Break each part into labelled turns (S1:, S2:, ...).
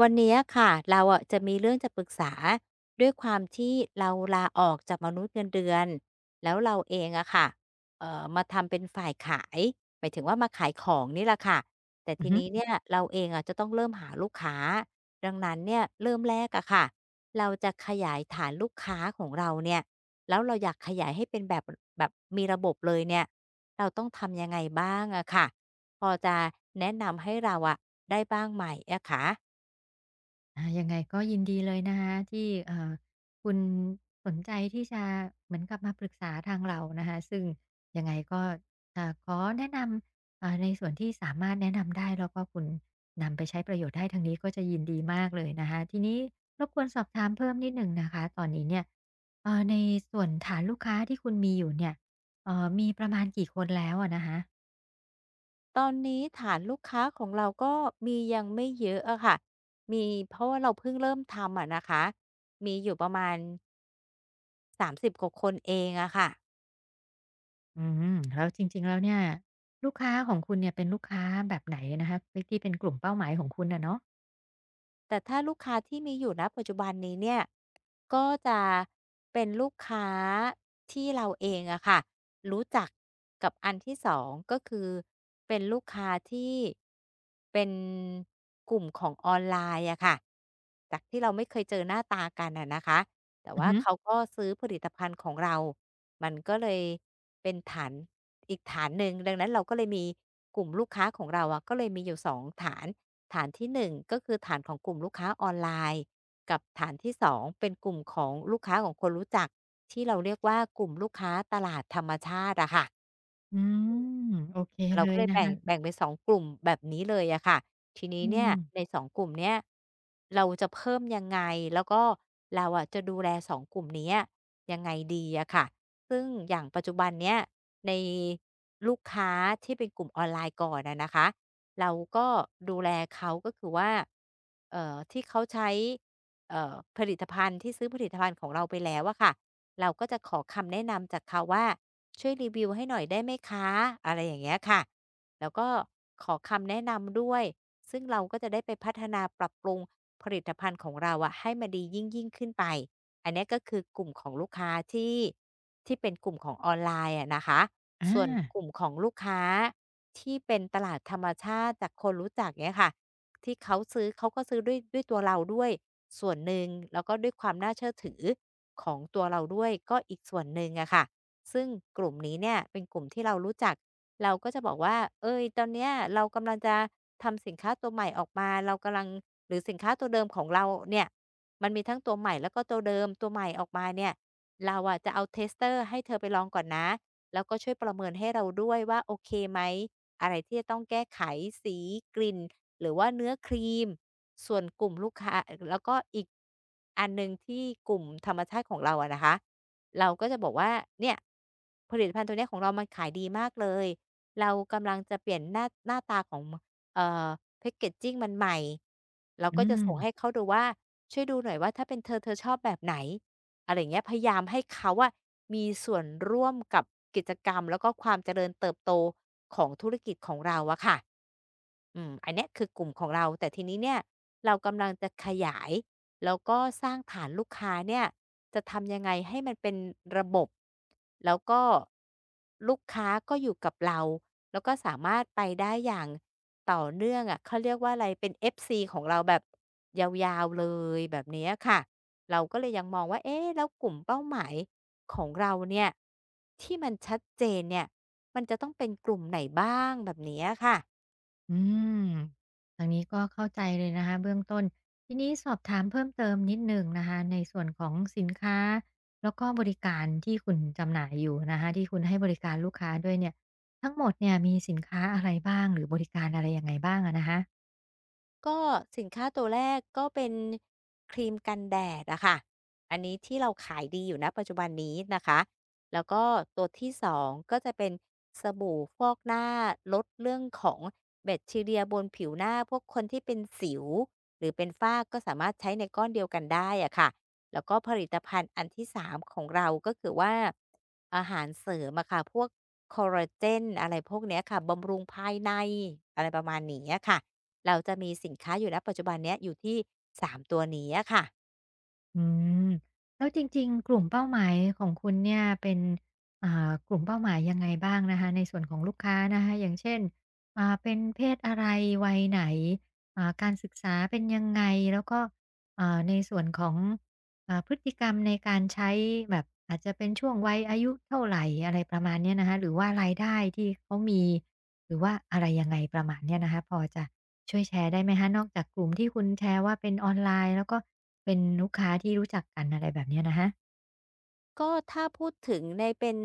S1: วันนี้อะค่ะเราอะจะมีเรื่องจะปรึกษาด้วยความที่เราลาออกจากมนุษย์เงินเดือนแล้วเราเองอะค่ะมาทำเป็นฝ่ายขายหมายถึงว่ามาขายของนี่แหละค่ะแต่
S2: อือ
S1: ที
S2: ฮึ
S1: นี้เนี่ยเราเองอะจะต้องเริ่มหาลูกค้าดังนั้นเนี่ยเริ่มแรกอะค่ะเราจะขยายฐานลูกค้าของเราเนี่ยแล้วเราอยากขยายให้เป็นแบบมีระบบเลยเนี่ยเราต้องทำยังไงบ้างอะค่ะพอจะแนะนำให้เราอะได้บ้างไหมอะคะ
S2: ยังไงก็ยินดีเลยนะคะที่คุณสนใจที่จะเหมือนกับมาปรึกษาทางเรานะคะซึ่งยังไงก็จะขอแนะนำในส่วนที่สามารถแนะนำได้แล้วก็คุณนำไปใช้ประโยชน์ได้ทางนี้ก็จะยินดีมากเลยนะคะทีนี้รบกวนสอบถามเพิ่มนิดหนึ่งนะคะตอนนี้เนี่ยในส่วนฐานลูกค้าที่คุณมีอยู่เนี่ยมีประมาณกี่คนแล้วอะนะคะ
S1: ตอนนี้ฐานลูกค้าของเราก็มียังไม่เยอะอะค่ะ มีเพราะว่าเราเพิ่งเริ่มทำอะนะคะ มีอยู่ประมาณ30กว่าคนเองอะค่ะ
S2: อืมแล้วจริงๆแล้วเนี่ยลูกค้าของคุณเนี่ยเป็นลูกค้าแบบไหนนะคะที่ที่เป็นกลุ่มเป้าหมายของคุณน่ะเนาะ
S1: แต่ถ้าลูกค้าที่มีอยู่ณปัจจุบันนี้เนี่ยก็จะเป็นลูกค้าที่เราเองอะค่ะรู้จักกับอันที่2ก็คือเป็นลูกค้าที่เป็นกลุ่มของออนไลน์อะค่ะจากที่เราไม่เคยเจอหน้าตากันอะนะคะแต่
S2: อือ
S1: ว่า
S2: ฮึ
S1: เขาก็ซื้อผลิตภัณฑ์ของเรามันก็เลยเป็นฐานอีกฐานหนึ่งดังนั้นเราก็เลยมีกลุ่มลูกค้าของเราอะก็เลยมีอยู่สองฐาน ฐานที่หนึ่งก็คือฐานของกลุ่มลูกค้าออนไลน์กับฐานที่สองเป็นกลุ่มของลูกค้าของคนรู้จักที่เราเรียกว่ากลุ่มลูกค้าตลาดธรรมชาติอะค่ะ
S2: อืมโอเค
S1: เรา
S2: เล
S1: ก็
S2: ย
S1: เลย
S2: นะ
S1: แบ่ง
S2: คะ
S1: แบ่งเป็นสองกลุ่มแบบนี้เลยอะค่ะทีนี้
S2: อื
S1: เนี่ย
S2: ม
S1: ในสองกลุ่มเนี้ยเราจะเพิ่มยังไงแล้วก็เราอะจะดูแลสองกลุ่มเนี้ยยังไงดีอะค่ะซึ่งอย่างปัจจุบันเนี้ยในลูกค้าที่เป็นกลุ่มออนไลน์ก่อนอะนะคะเราก็ดูแลเขาก็คือว่าที่เขาใช้ผลิตภัณฑ์ที่ซื้อผลิตภัณฑ์ของเราไปแล้วอะค่ะ เราก็จะขอคำแนะนำจากเขาว่าช่วยรีวิวให้หน่อยได้ไหมคะอะไรอย่างเงี้ยค่ะแล้วก็ขอคำแนะนำด้วยซึ่งเราก็จะได้ไปพัฒนาปรับปรุงผลิตภัณฑ์ของเราอะให้มันดียิ่งขึ้นไปอันเนี้ยก็คือกลุ่มของลูกค้าที่เป็นกลุ่มของออนไลน์อะนะคะ
S2: อา
S1: ส่วนกลุ่มของลูกค้าที่เป็นตลาดธรรมชาติจากคนรู้จักเนี้ยค่ะที่เขาซื้อเขาก็ซื้อด้วยตัวเราด้วย ส่วนหนึ่งแล้วก็ด้วยความน่าเชื่อถือของตัวเราด้วยก็อีกส่วนหนึ่งอะค่ะซึ่งกลุ่มนี้เนี่ยเป็นกลุ่มที่เรารู้จักเราก็จะบอกว่าเอ้ยตอนเนี้ยเรากำลังจะทำสินค้าตัวใหม่ออกมาเรากำลังหรือสินค้าตัวเดิมของเราเนี่ยมันมีทั้งตัวใหม่แล้วก็ตัวเดิมตัวใหม่ออกมาเนี่ยเราอะจะเอาเทสเตอร์ให้เธอไปลองก่อนนะแล้วก็ช่วยประเมินให้เราด้วยว่าโอเคไหมอะไรที่จะต้องแก้ไขสีกลิ่นหรือว่าเนื้อครีม ส่วนกลุ่มลูกค้าแล้วก็อีกอันหนึ่งที่กลุ่มธรรมชาติของเราอะนะคะเราก็จะบอกว่าเนี่ยผลิตภัณฑ์ตัวเนี้ยของเรามันขายดีมากเลยเรากำลังจะเปลี่ยนหน้าตาของเอ่อแพ็กเกจจิงมันใหม่เรา
S2: อื
S1: ก็จะส่ง
S2: ม
S1: ให้เขาดูว่าช่วยดูหน่อยว่าถ้าเป็นเธอชอบแบบไหน อะไรอย่างเงี้ยพยายามให้เขาอะมีส่วนร่วมกับกิจกรรมแล้วก็ความเจริญเติบโตของธุรกิจของเราอะค่ะอืมอันเนี้ยคือกลุ่มของเราแต่ทีนี้เนี่ยเรากำลังจะขยายแล้วก็สร้างฐานลูกค้าเนี่ยจะทำยังไงให้มันเป็นระบบแล้วก็ ลูกค้าก็อยู่กับเราแล้วก็สามารถไปได้อย่างต่อเนื่องอะเขาเรียกว่าอะไรเป็น FC ของเราแบบยาวๆเลยแบบเนี้ยค่ะเราก็เลยยังมองว่าเอ๊ะแล้วกลุ่มเป้าหมายของเราเนี่ยที่มันชัดเจนเนี่ยมันจะต้องเป็นกลุ่มไหนบ้างแบบเนี้ยค่ะ
S2: อืมทางนี้ก็เข้าใจเลยนะคะเบื้องต้นทีนี้สอบถามเพิ่มเติมนิดหนึ่งนะคะในส่วนของสินค้าแล้วก็บริการที่คุณจำหน่ายอยู่นะคะที่คุณให้บริการลูกค้าด้วยเนี่ยทั้งหมดเนี่ยมีสินค้าอะไรบ้างหรือบริการอะไรยังไงบ้างอะนะคะ
S1: ก็สินค้าตัวแรกก็เป็นครีมกันแดดอะค่ะอันนี้ที่เราขายดีอยู่นะปัจจุบันนี้นะคะแล้วก็ตัวที่2ก็จะเป็นสบู่ฟอกหน้าลดเรื่องของแบคทีเรียบนผิวหน้าพวกคนที่เป็นสิวหรือเป็นฝ้าก็สามารถใช้ในก้อนเดียวกันได้อะค่ะ แล้วก็ผลิตภัณฑ์อันที่3ของเราก็คือว่าอาหารเสริมอะค่ะพวกคอลลาเจนอะไรพวกเนี้ยค่ะบำรุงภายในอะไรประมาณนี้อะค่ะ เราจะมีสินค้าอยู่แล้วปัจจุบันเนี้ยอยู่ที่3ตัวนี้อะค่ะ
S2: อืมแล้วจริงๆ กลุ่มเป้าหมายของคุณเนี่ยเป็นกลุ่มเป้าหมายยังไงบ้างนะคะในส่วนของลูกค้านะคะอย่างเช่นเป็นเพศอะไรวัยไหนการศึกษาเป็นยังไงแล้วก็ในส่วนของพฤติกรรมในการใช้แบบอาจจะเป็นช่วงวัยอายุเท่าไรอะไรประมาณเนี้ยนะคะหรือว่ารายได้ที่เขามีหรือว่าอะไรยังไงประมาณเนี้ยนะคะพอจะ ช่วยแชร์ได้ไหมคะนอกจากกลุ่มที่คุณแชร์ว่าเป็นออนไลน์แล้วก็เป็นลูกค้าที่รู้จักกันอะไรแบบเนี้ยนะคะ
S1: ก็ถ้าพูดถึงในเป็น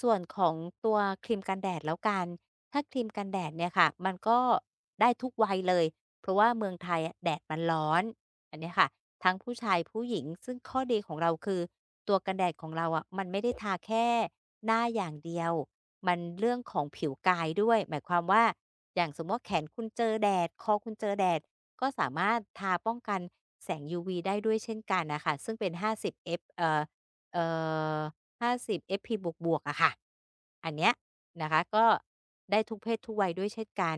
S1: ส่วนของตัวครีมกันแดดแล้วกันถ้าครีมกันแดดเนี่ยค่ะมันก็ได้ทุกวัยเลยเพราะว่าเมืองไทยอะแดดมันร้อนอันเนี้ยค่ะทั้งผู้ชายผู้หญิงซึ่งข้อดีของเราคือตัวกันแดดของเราอะมันไม่ได้ทาแค่หน้าอย่างเดียวมันเรื่องของผิวกายด้วยหมายความว่าอย่างสมมติว่าแขนคุณเจอแดดคอคุณเจอแดดก็สามารถทาป้องกันแสงยูวีได้ด้วยเช่นกันนะคะซึ่งเป็น50 F เอฟเอ่อ50สิบเอฟพีบวกๆอะค่ะอันเนี้ยนะคะก็ได้ทุกเพศทุกวัยด้วยเช่นกัน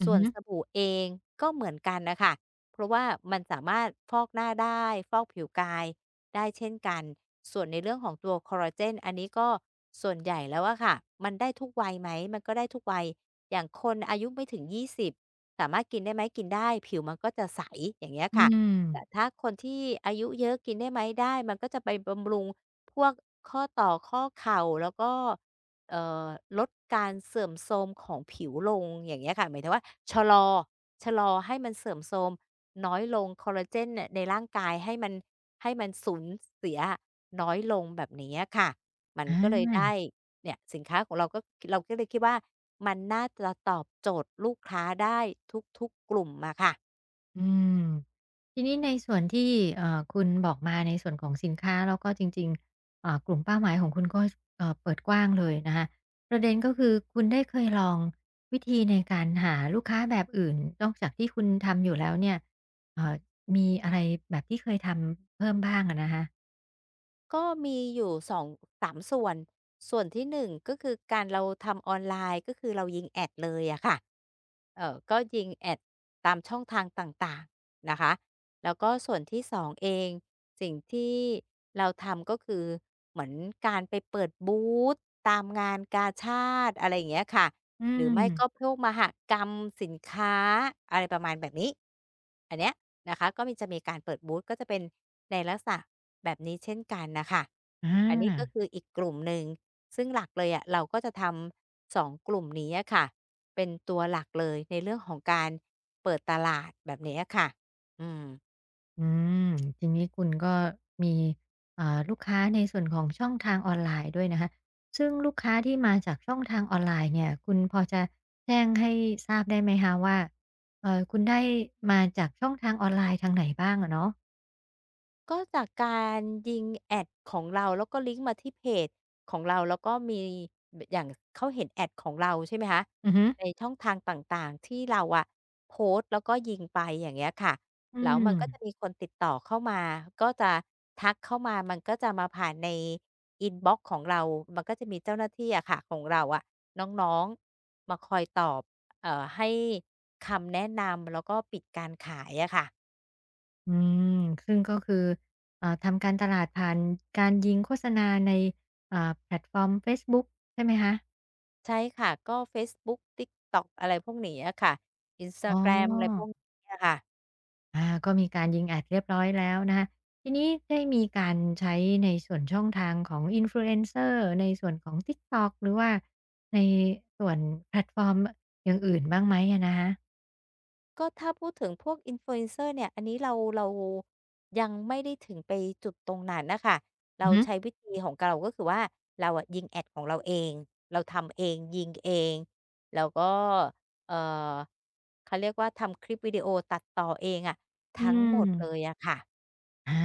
S2: อือ
S1: ส่วน
S2: ฮึ
S1: สบู่เองก็เหมือนกันน่ะค่ะเพราะว่ามันสามารถฟอกหน้าได้ฟอกผิวกายได้เช่นกัน ส่วนในเรื่องของตัวคอลลาเจนอันนี้ก็ส่วนใหญ่แล้วอะค่ะ มันได้ทุกวัยไหมมันก็ได้ทุกวัย อย่างคนอายุไม่ถึง20สบสามารถกินได้ไหมกินได้ผิวมันก็จะใสอย่างเงี้ย
S2: อื
S1: ค่ะ
S2: ม
S1: แต่ถ้าคนที่อายุเยอะกินได้ไหมได้มันก็จะไปบำรุง พวกข้อต่อข้อเข่าแล้วก็เอ่อลดการเสื่อมโทรมของผิวลงอย่างเงี้ยค่ะหมายถึงว่าชะลอชะลอให้มันเสื่อมโทรมน้อยลงคอลลาเจนเนี่ยในร่างกายให้มันสูญเสียน้อยลงแบบนี้อะค่ะมัน
S2: อ
S1: ก็เลย
S2: า
S1: ได้เนี่ยสินค้าของเราเราก็เลยคิดว่ามันน่าจะตอบโจทย์ลูกค้าได้ทุกๆกลุ่มอะค่ะ
S2: อืมทีนี้ในส่วนที่คุณบอกมาในส่วนของสินค้าแล้วก็จริงๆกลุ่มเป้าหมายของคุณก็เปิดกว้างเลยนะคะประเด็นก็คือคุณได้เคยลองวิธีในการหาลูกค้าแบบอื่นนอกจากที่คุณทำอยู่แล้วเนี่ยเอ่อมีอะไรแบบที่เคยทำเพิ่มบ้างอะนะคะ
S1: ก็มีอยู่สองสามส่วน ส่วนที่หนึ่งก็คือการเราทำออนไลน์ก็คือเรายิงแอดเลยอะค่ะก็ยิงแอดตามช่องทางต่างๆนะคะแล้วก็ส่วนที่สองเองสิ่งที่เราทำก็คือเหมือนการไปเปิดบูธตามงานกาชาดอะไรอย่างเงี้ยค่ะ
S2: อื
S1: หรือไม่ก็
S2: ม
S1: พวกมหกรรมสินค้าอะไรประมาณแบบนี้อันเนี้ยนะคะก็มีจะมีการเปิดบูธก็จะเป็นในลักษณะแบบนี้เช่นกันน่ะค่ะ
S2: อ
S1: อันนี้ก็
S2: า
S1: คืออีกกลุ่มหนึ่งซึ่งหลักเลยอะเราก็จะทำ2กลุ่มนี้อะค่ะเป็นตัวหลักเลยในเรื่องของการเปิดตลาดแบบนี้อะค่ะอืม
S2: อืมทีนี้คุณก็มีลูกค้าในส่วนของช่องทางออนไลน์ด้วยนะคะซึ่งลูกค้าที่มาจากช่องทางออนไลน์เนี่ย คุณพอจะแจ้งให้ทราบได้ไหมคะว่าคุณได้มาจากช่องทางออนไลน์ทางไหนบ้างอะเนาะ
S1: ก็จากการยิงแอดของเราแล้วก็ลิงก์มาที่เพจของเราแล้วก็มีบอย่างเขาเห็นแอดของเราใช่ไหมคะ
S2: อือฮึ
S1: ในช่องทางต่างๆที่เราอะโพสต์แล้วก็ยิงไปอย่างเงี้ยค่ะ
S2: อื
S1: แล้วมันก็จะมี
S2: ม
S1: คนติดต่อเข้ามาก็จะทักเข้ามามันก็จะมาผ่านในอินบ็อกซ์ของเรามันก็จะมีเจ้าหน้าที่อะค่ะของเราอะน้องๆมาคอยตอบให้คำแนะนำแล้วก็ปิดการขายอะค่ะ
S2: อืม ซึ่งก็คือทำการตลาดผ่านการยิงโฆษณาในแพลตฟอร์มเฟซบุ๊กใช่ไหมคะ
S1: ใช่ค่ะก็เฟซบุ๊ก TikTok อะไรพวกนี้อะค่ะ
S2: อ๋อ
S1: Instagram อะไรพวกนี้อะค่ะ
S2: อาก็มีการยิงแอดเรียบร้อยแล้วนะคะทีนี้ได้มีการใช้ในส่วนช่องทางของ Influencer ในส่วนของ TikTok หรือว่าในส่วนแพลตฟอร์มอย่างอื่นบ้างไหมอะนะคะ
S1: ก็ถ้าพูดถึงพวก Influencer เนี่ยอันนี้เรายังไม่ได้ถึงไปจุดตรงนั้นน่ะค่ะ
S2: อื
S1: เรา
S2: อฮึ
S1: ใช้วิธีของเราก็คือว่าเราอะยิงแอดของเราเองเราทำเองยิงเองแล้วก็เอ่อเขาเรียกว่าทำคลิปวิดีโอตัดต่อเองอะ
S2: อื
S1: ทั้งห
S2: ม
S1: มดเลยอะค่ะ
S2: อา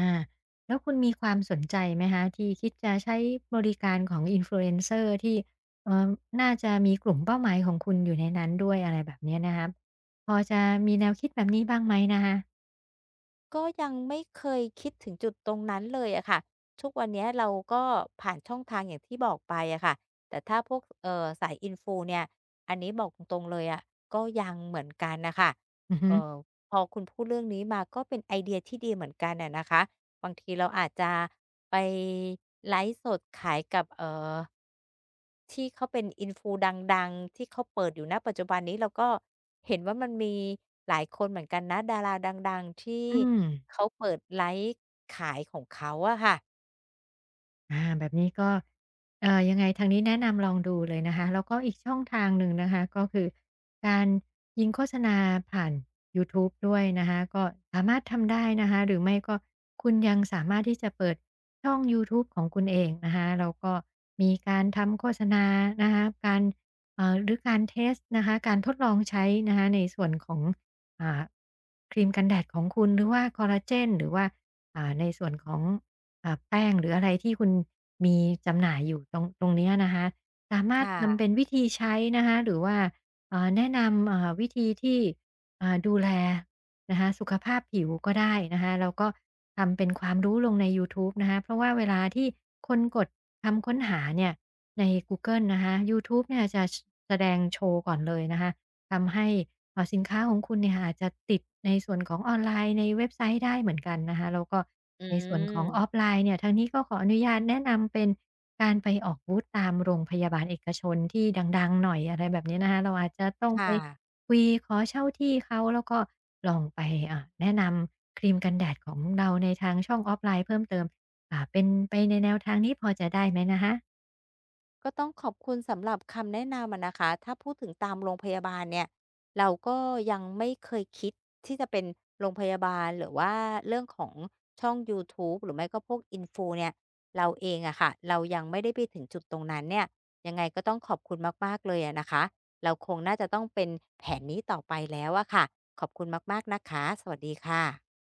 S2: แล้วคุณมีความสนใจไหมคะที่คิดจะใช้บริการของ Influencer ที่เอ่อน่าจะมีกลุ่มเป้าหมายของคุณอยู่ในนั้นด้วยอะไรแบบเนี้ยนะครับพอจะมีแนวคิดแบบนี้บ้างไหมนะคะ
S1: ก็ยังไม่เคยคิดถึงจุดตรงนั้นเลยอะค่ะทุกวันเนี้ยเราก็ผ่านช่องทางอย่างที่บอกไปอะค่ะแต่ถ้าพวกสายอินฟูเนี่ยอันนี้บอกตรงๆเลยอะก็ยังเหมือนกันน่ะค่ะ
S2: อือฮึ
S1: เอ่อพอคุณพูดเรื่องนี้มาก็เป็นไอเดียที่ดีเหมือนกันอะนะคะ บางทีเราอาจจะไปไลฟ์สดขายกับที่เขาเป็นอินฟูดังๆที่เขาเปิดอยู่ณปัจจุบันนี้เราก็เห็นว่ามันมีหลายคนเหมือนกันนะดาราดังๆที่
S2: อืม
S1: เขาเปิดไลฟ์ขายของเขาอะค่ะ
S2: อาแบบนี้ก็ยังไงทางนี้แนะนำลองดูเลยนะคะแล้วก็อีกช่องทางหนึ่งนะคะก็คือการยิงโฆษณาผ่านยูทูบด้วยนะคะก็สามารถทำได้นะคะหรือไม่ก็คุณยังสามารถที่จะเปิดช่องยูทูบของคุณเองนะคะแล้วก็มีการทำโฆษณานะคะการหรือการเทสนะคะการทดลองใช้นะคะในส่วนของอ่าครีมกันแดดของคุณหรือว่าคอลลาเจนหรือว่าในส่วนของ แป้งหรืออะไรที่คุณมีจำหน่ายอยู่ตรงตรงเนี้ยนะคะสามารถทำเป็
S1: ค่ะ
S2: นวิธีใช้นะคะหรือว่าแนะนำวิธีที่ดูแลนะคะสุขภาพผิวก็ได้นะคะแล้วก็ทำเป็นความรู้ลงในยูทูบนะคะเพราะว่าเวลาที่คนกดคำค้นหาเนี่ยในกูเกิลนะคะยูทูบเนี่ยจะชแสดงโชว์ก่อนเลยนะคะ ทำให้สินค้าของคุณเนี่ยค่ะอาจจะติดในส่วนของออนไลน์ในเว็บไซต์ได้เหมือนกันนะคะแล้วก็
S1: อื
S2: ในส่วนของออฟ
S1: ม
S2: ไลน์เนี่ยทางนี้ก็ขออนุญาตแนะนำเป็นการไปออกบูธตามโรงพยาบาลเอกชนที่ดังๆหน่อยอะไรแบบนี้นะคะเราอาจจะต้องไป
S1: ค่ะ
S2: คุยขอเช่าที่เขาแล้วก็ลองไปแนะนำครีมกันแดดของเราในทางช่องออฟไลน์เพิ่มเติมเป็นไปในแนวทางนี้พอจะได้ไหมนะคะ
S1: ก็ต้องขอบคุณสำหรับคำแนะนำอะนะคะ ถ้าพูดถึงตามโรงพยาบาลเนี่ย เราก็ยังไม่เคยคิดที่จะเป็นโรงพยาบาลหรือว่าเรื่องของช่อง YouTube หรือไม่ก็พวก i n f ฟูเนี่ยเราเองอะค่ะเรายังไม่ได้ไปถึงจุดตรงนั้นเนี่ยยังไงก็ต้องขอบคุณมากๆเลยอะนะคะเราคงน่าจะต้องเป็นแผนนี้ต่อไปแล้วอะค่ะขอบคุณมากๆนะคะสวัสดีค่ะ